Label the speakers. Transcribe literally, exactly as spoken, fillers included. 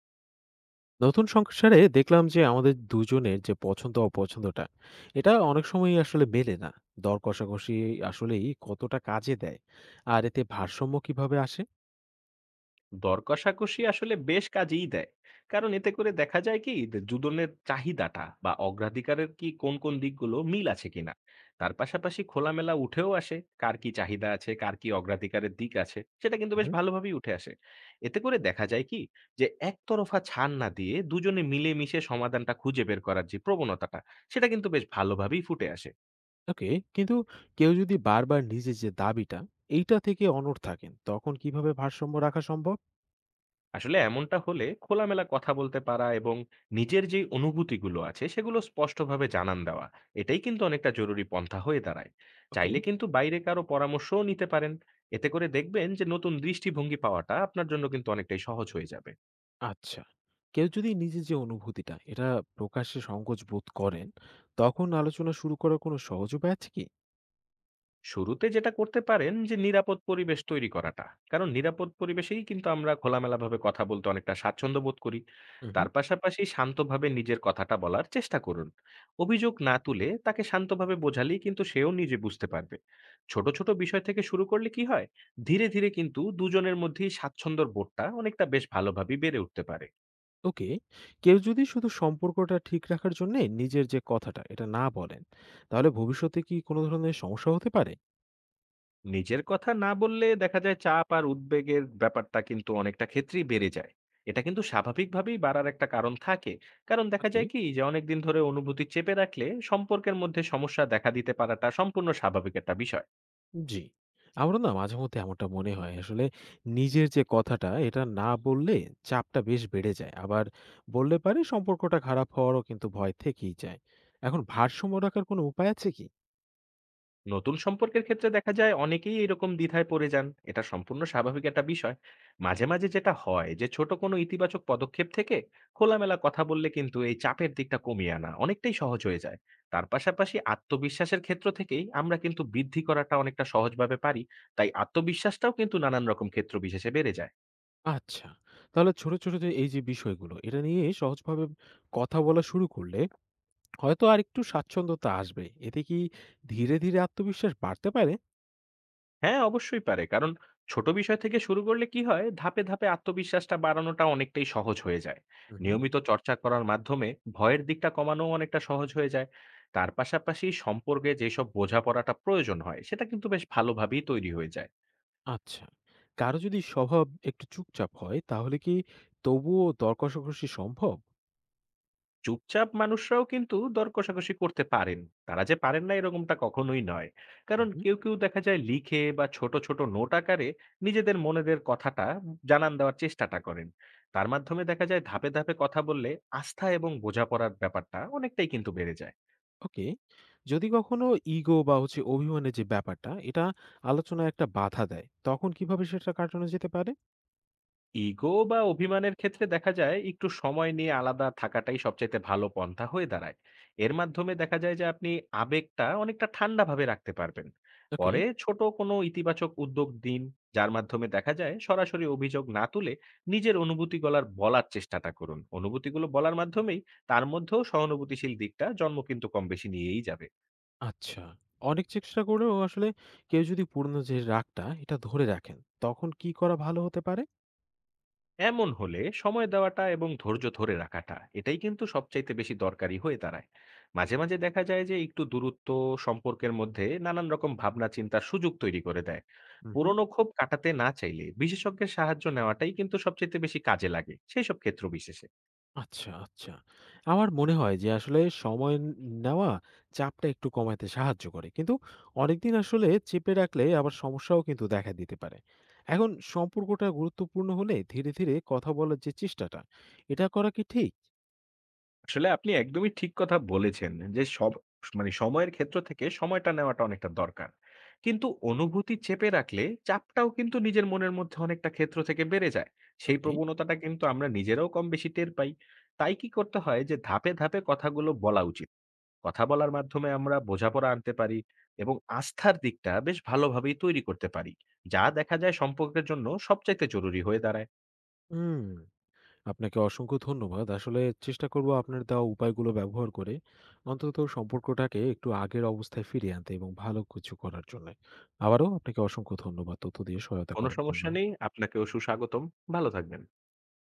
Speaker 1: নতুন সংসারে দেখলাম যে আমাদের দুজনের যে পছন্দ অপছন্দটা এটা অনেক সময় আসলে মেলে না। দর কষাকষি আসলেই কতটা কাজে দেয়, আর এতে ভারসাম্য কিভাবে আসে?
Speaker 2: দর কষাকষি আসলে বেশ কাজেই দেয়। কারণ এতে করে দেখা যায় কি যে দুজনের চাহিদাটা বা অগ্রাধিকারের কি কোন কোন দিকগুলো মিল আছে কিনা। তার পাশাপাশি খোলামেলা উঠেও আসে কার কি চাহিদা আছে, কার কি অগ্রাধিকারের দিক আছে, সেটা কিন্তু বেশ
Speaker 1: হুম।
Speaker 2: ভালোভাবেই উঠে আসে। এতে করে দেখা যায় কি যে একতরফা ছাড় না দিয়ে দুজনে মিলেমিশে সমাধানটা খুঁজে বের করার যে প্রবণতাটা, সেটা কিন্তু বেশ ভালোভাবেই ফুটে আসে।
Speaker 1: ওকে, কিন্তু কেউ যদি বারবার নিজের যে দাবিটা এইটা থেকে অনড় থাকেন, তখন কিভাবে ভারসাম্য রাখা সম্ভব?
Speaker 2: আসলে এমনটা হলে খোলামেলা কথা বলতে পারা এবং নিজের যে অনুভূতিগুলো আছে সেগুলো স্পষ্টভাবে জানান দেওয়া, এটাই কিন্তু অনেকটা জরুরি পন্থা হয়ে দাঁড়ায়।
Speaker 1: ওকে।
Speaker 2: চাইলে কিন্তু বাইরে কারো পরামর্শও নিতে পারেন। এতে করে দেখবেন যে নতুন দৃষ্টিভঙ্গি পাওয়াটা আপনার জন্য কিন্তু অনেকটাই সহজ হয়ে যাবে।
Speaker 1: আচ্ছা, কেউ যদি নিজের যে অনুভূতিটা এটা প্রকাশ্যে সংকোচ বোধ করেন, তখন আলোচনা শুরু করার কোনো সহজ উপায় আছে কি?
Speaker 2: শুরুতে যেটা করতে পারেন যে নিরাপদ পরিবেশ তৈরি করাটা, কারণ নিরাপদ পরিবেশেই কিন্তু আমরা খোলামেলাভাবে কথা বলতে অনেকটা স্বাচ্ছন্দ্য বোধ করি। তার পাশাপাশি শান্তভাবে নিজের কথাটা বলার চেষ্টা করুন। অভিযোগ না তুলে তাকে শান্তভাবে বোঝালেই কিন্তু সেও নিজে বুঝতে পারবে। ছোট ছোট বিষয় থেকে শুরু করলে কি হয়, ধীরে ধীরে কিন্তু দুজনের মধ্যেই স্বাচ্ছন্দ্যর বোধটা অনেকটা বেশ ভালোভাবেই বেড়ে উঠতে পারে।
Speaker 1: ওকে। কেউ যদি শুধু সম্পর্কটা ঠিক রাখার জন্য নিজের যে কথাটা এটা না বলেন, তাহলে ভবিষ্যতে কি কোনো ধরনের সমস্যা হতে পারে?
Speaker 2: নিজের কথা না বললে দেখা যায় চাপ আর উদ্বেগের ব্যাপারটা কিন্তু অনেকটা ক্ষেত্রেই বেড়ে যায়। এটা কিন্তু স্বাভাবিকভাবেই বাড়ার একটা কারণ থাকে। কারণ দেখা
Speaker 1: ওকে।
Speaker 2: যায় কি যে অনেকদিন ধরে অনুভূতি চেপে রাখলে সম্পর্কের মধ্যে সমস্যা দেখা দিতে পারাটা সম্পূর্ণ স্বাভাবিক একটা বিষয়।
Speaker 1: জি, আমারও না মাঝে মধ্যে এমনটা মনে হয় আসলে, নিজের যে কথাটা এটা না বললে চাপটা বেশ বেড়ে যায়, আবার বললে পারে সম্পর্কটা খারাপ হওয়ারও কিন্তু ভয় থেকেই যায়। এখন ভারসাম্য রাখার কোনো উপায় আছে কি?
Speaker 2: নতুন সম্পর্কের ক্ষেত্রে দেখা যায় অনেকেই এরকম দ্বিধায় পড়ে যান, এটা সম্পূর্ণ স্বাভাবিক একটা বিষয়। মাঝে মাঝে যেটা হয় যে ছোট কোনো ইতিবাচক পদক্ষেপ থেকে খোলামেলা কথা বললে কিন্তু এই চাপের দিকটা কমিয়ে আনা অনেকটাই সহজ হয়ে যায়। তার পাশাপাশি আত্মবিশ্বাসের ক্ষেত্র থেকেই আমরা কিন্তু বৃদ্ধি করাটা অনেকটা সহজভাবে পারি। তাই আত্মবিশ্বাসটাও কিন্তু নানান রকম ক্ষেত্র বিশেষে বেড়ে যায়।
Speaker 1: আচ্ছা, তাহলে ছোট ছোট যে এই যে বিষয়গুলো এটা নিয়ে সহজভাবে কথা বলা শুরু করলে হয়তো আরেকটু স্বাচ্ছন্দ্যতা আসবে। এতে কি ধীরে, ধীরে আত্মবিশ্বাস বাড়তে পারে?
Speaker 2: হ্যাঁ, অবশ্যই পারে। কারণ ছোট বিষয় থেকে শুরু করলে কি হয়, ধাপে ধাপে আত্মবিশ্বাসটা বাড়ানোটা অনেকটাই সহজ হয়ে যায়।
Speaker 1: হুম, হুম।
Speaker 2: নিয়মিত চর্চা করার মাধ্যমে ভয়ের দিকটা কমানোও অনেকটা সহজ হয়ে যায়। তার পাশাপাশি সম্পর্কে যেসব বোঝাপড়াটা প্রয়োজন হয়, সেটা কিন্তু বেশ ভালোভাবেই তৈরি হয়ে যায়।
Speaker 1: আচ্ছা। কারো যদি স্বভাব একটু চুপচাপ হয় তাহলে কি তবুও দর কষাকষি সম্ভব?
Speaker 2: চুপচাপ মানুষরাও কিন্তু দর কষাকষি করতে পারেন। তারা যে পারেন না এরকমটা কখনোই নয়।
Speaker 1: হুম,
Speaker 2: কারণ
Speaker 1: হুম।
Speaker 2: কেউ কেউ দেখা যায় লিখে বা ছোট ছোট নোট আকারে নিজেদের মনেদের কথাটা জানান দেওয়ার চেষ্টাটা করেন। তার মাধ্যমে দেখা যায় ধাপে ধাপে কথা বললে আস্থা এবং বোঝাপড়ার ব্যাপারটা অনেকটাই কিন্তু বেড়ে যায়।
Speaker 1: ওকে। যদি কখনো ইগো বা হচ্ছে অভিমানের যে ব্যাপারটা এটা আলোচনায় একটা বাধা দেয়, তখন কিভাবে সেটা কাটানো যেতে পারে?
Speaker 2: ইগো বা অভিমানের ক্ষেত্রে দেখা যায় একটু সময় নিয়ে আলাদা থাকাটাই সবচাইতে ভালো পন্থা হয়ে দাঁড়ায়। এর মাধ্যমে দেখা যায় যে আপনি আবেগটা অনেকটা ঠান্ডা ভাবে রাখতে পারবেন।
Speaker 1: ওকে।
Speaker 2: পরে ছোট কোনো ইতিবাচক উদ্যোগ দিন, যার মাধ্যমে দেখা যায় সরাসরি অভিযোগ না তুলে নিজের অনুভূতিগুলার বলার চেষ্টাটা করুন। অনুভূতিগুলো বলার মাধ্যমেই তার মধ্যেও সহানুভূতিশীল দিকটা জন্ম কিন্তু কম বেশি নিয়েই যাবে।
Speaker 1: আচ্ছা। অনেক চেষ্টা করেও আসলে কেউ যদি পুরনো যে রাগটা এটা ধরে রাখেন, তখন কি করা ভালো হতে পারে?
Speaker 2: এমন হলে সময় দেওয়াটা এবং ধৈর্য ধরে রাখাটা, এটাই কিন্তু সবচাইতে বেশি দরকারি হয়ে দাঁড়ায়। মাঝে মাঝে দেখা যায় যে একটু দূরত্ব সম্পর্কের মধ্যে নানান রকম ভাবনা চিন্তার সুযোগ তৈরি করে দেয়।
Speaker 1: হুম, হুম।
Speaker 2: পুরনো ক্ষোভ কাটাতে না চাইলে বিশেষজ্ঞের সাহায্য নেওয়াটাই কিন্তু সবচাইতে বেশি কাজে লাগে সেই সব ক্ষেত্র বিশেষে।
Speaker 1: আচ্ছা, আচ্ছা। আমার মনে হয় যে আসলে সময় ন নেওয়া চাপটা একটু কমাতে সাহায্য করে। কিন্তু অনেকদিন আসলে চেপে রাখলে আবার সমস্যাও কিন্তু দেখা দিতে পারে। এখন সম্পর্কটা গুরুত্বপূর্ণ হলে ধীরে, ধীরে কথা বলার যে চেষ্টাটা, এটা করা কি ঠিক?
Speaker 2: আসলে আপনি একদমই ঠিক কথা বলেছেন যে সব, মানে সময়ের ক্ষেত্র থেকে সময়টা নেওয়াটা অনেকটা দরকার। কিন্তু অনুভূতি চেপে রাখলে চাপটাও কিন্তু নিজের মনের মধ্যে অনেকটা ক্ষেত্র থেকে বেড়ে যায়। সেই
Speaker 1: ওকে।
Speaker 2: প্রবণতাটা কিন্তু আমরা নিজেরাও কম বেশি টের পাই। তাই কি করতে হয় যে ধাপে ধাপে কথাগুলো বলা উচিত। কথা বলার মাধ্যমে আমরা বোঝাপড়া আনতে পারি এবং আস্থার দিকটা বেশ ভালোভাবেই তৈরি করতে পারি, যা দেখা যায় সম্পর্কের জন্য সবচাইতে জরুরি হয়ে দাঁড়ায়।
Speaker 1: হুম, আপনাকে অসংখ্য ধন্যবাদ। আসলে চেষ্টা করব আপনার দেওয়া উপায়গুলো ব্যবহার করে অন্তত সম্পর্কটাকে একটু আগের অবস্থায় ফিরিয়ে আনতে এবং ভালো কিছু করার জন্যে। আবারও আপনাকে অসংখ্য ধন্যবাদ তথ্য দিয়ে সহায়তা
Speaker 2: কোনো
Speaker 1: করার জন্য।
Speaker 2: সমস্যা নেই, আপনাকেও সুস্বাগতম। ভালো থাকবেন।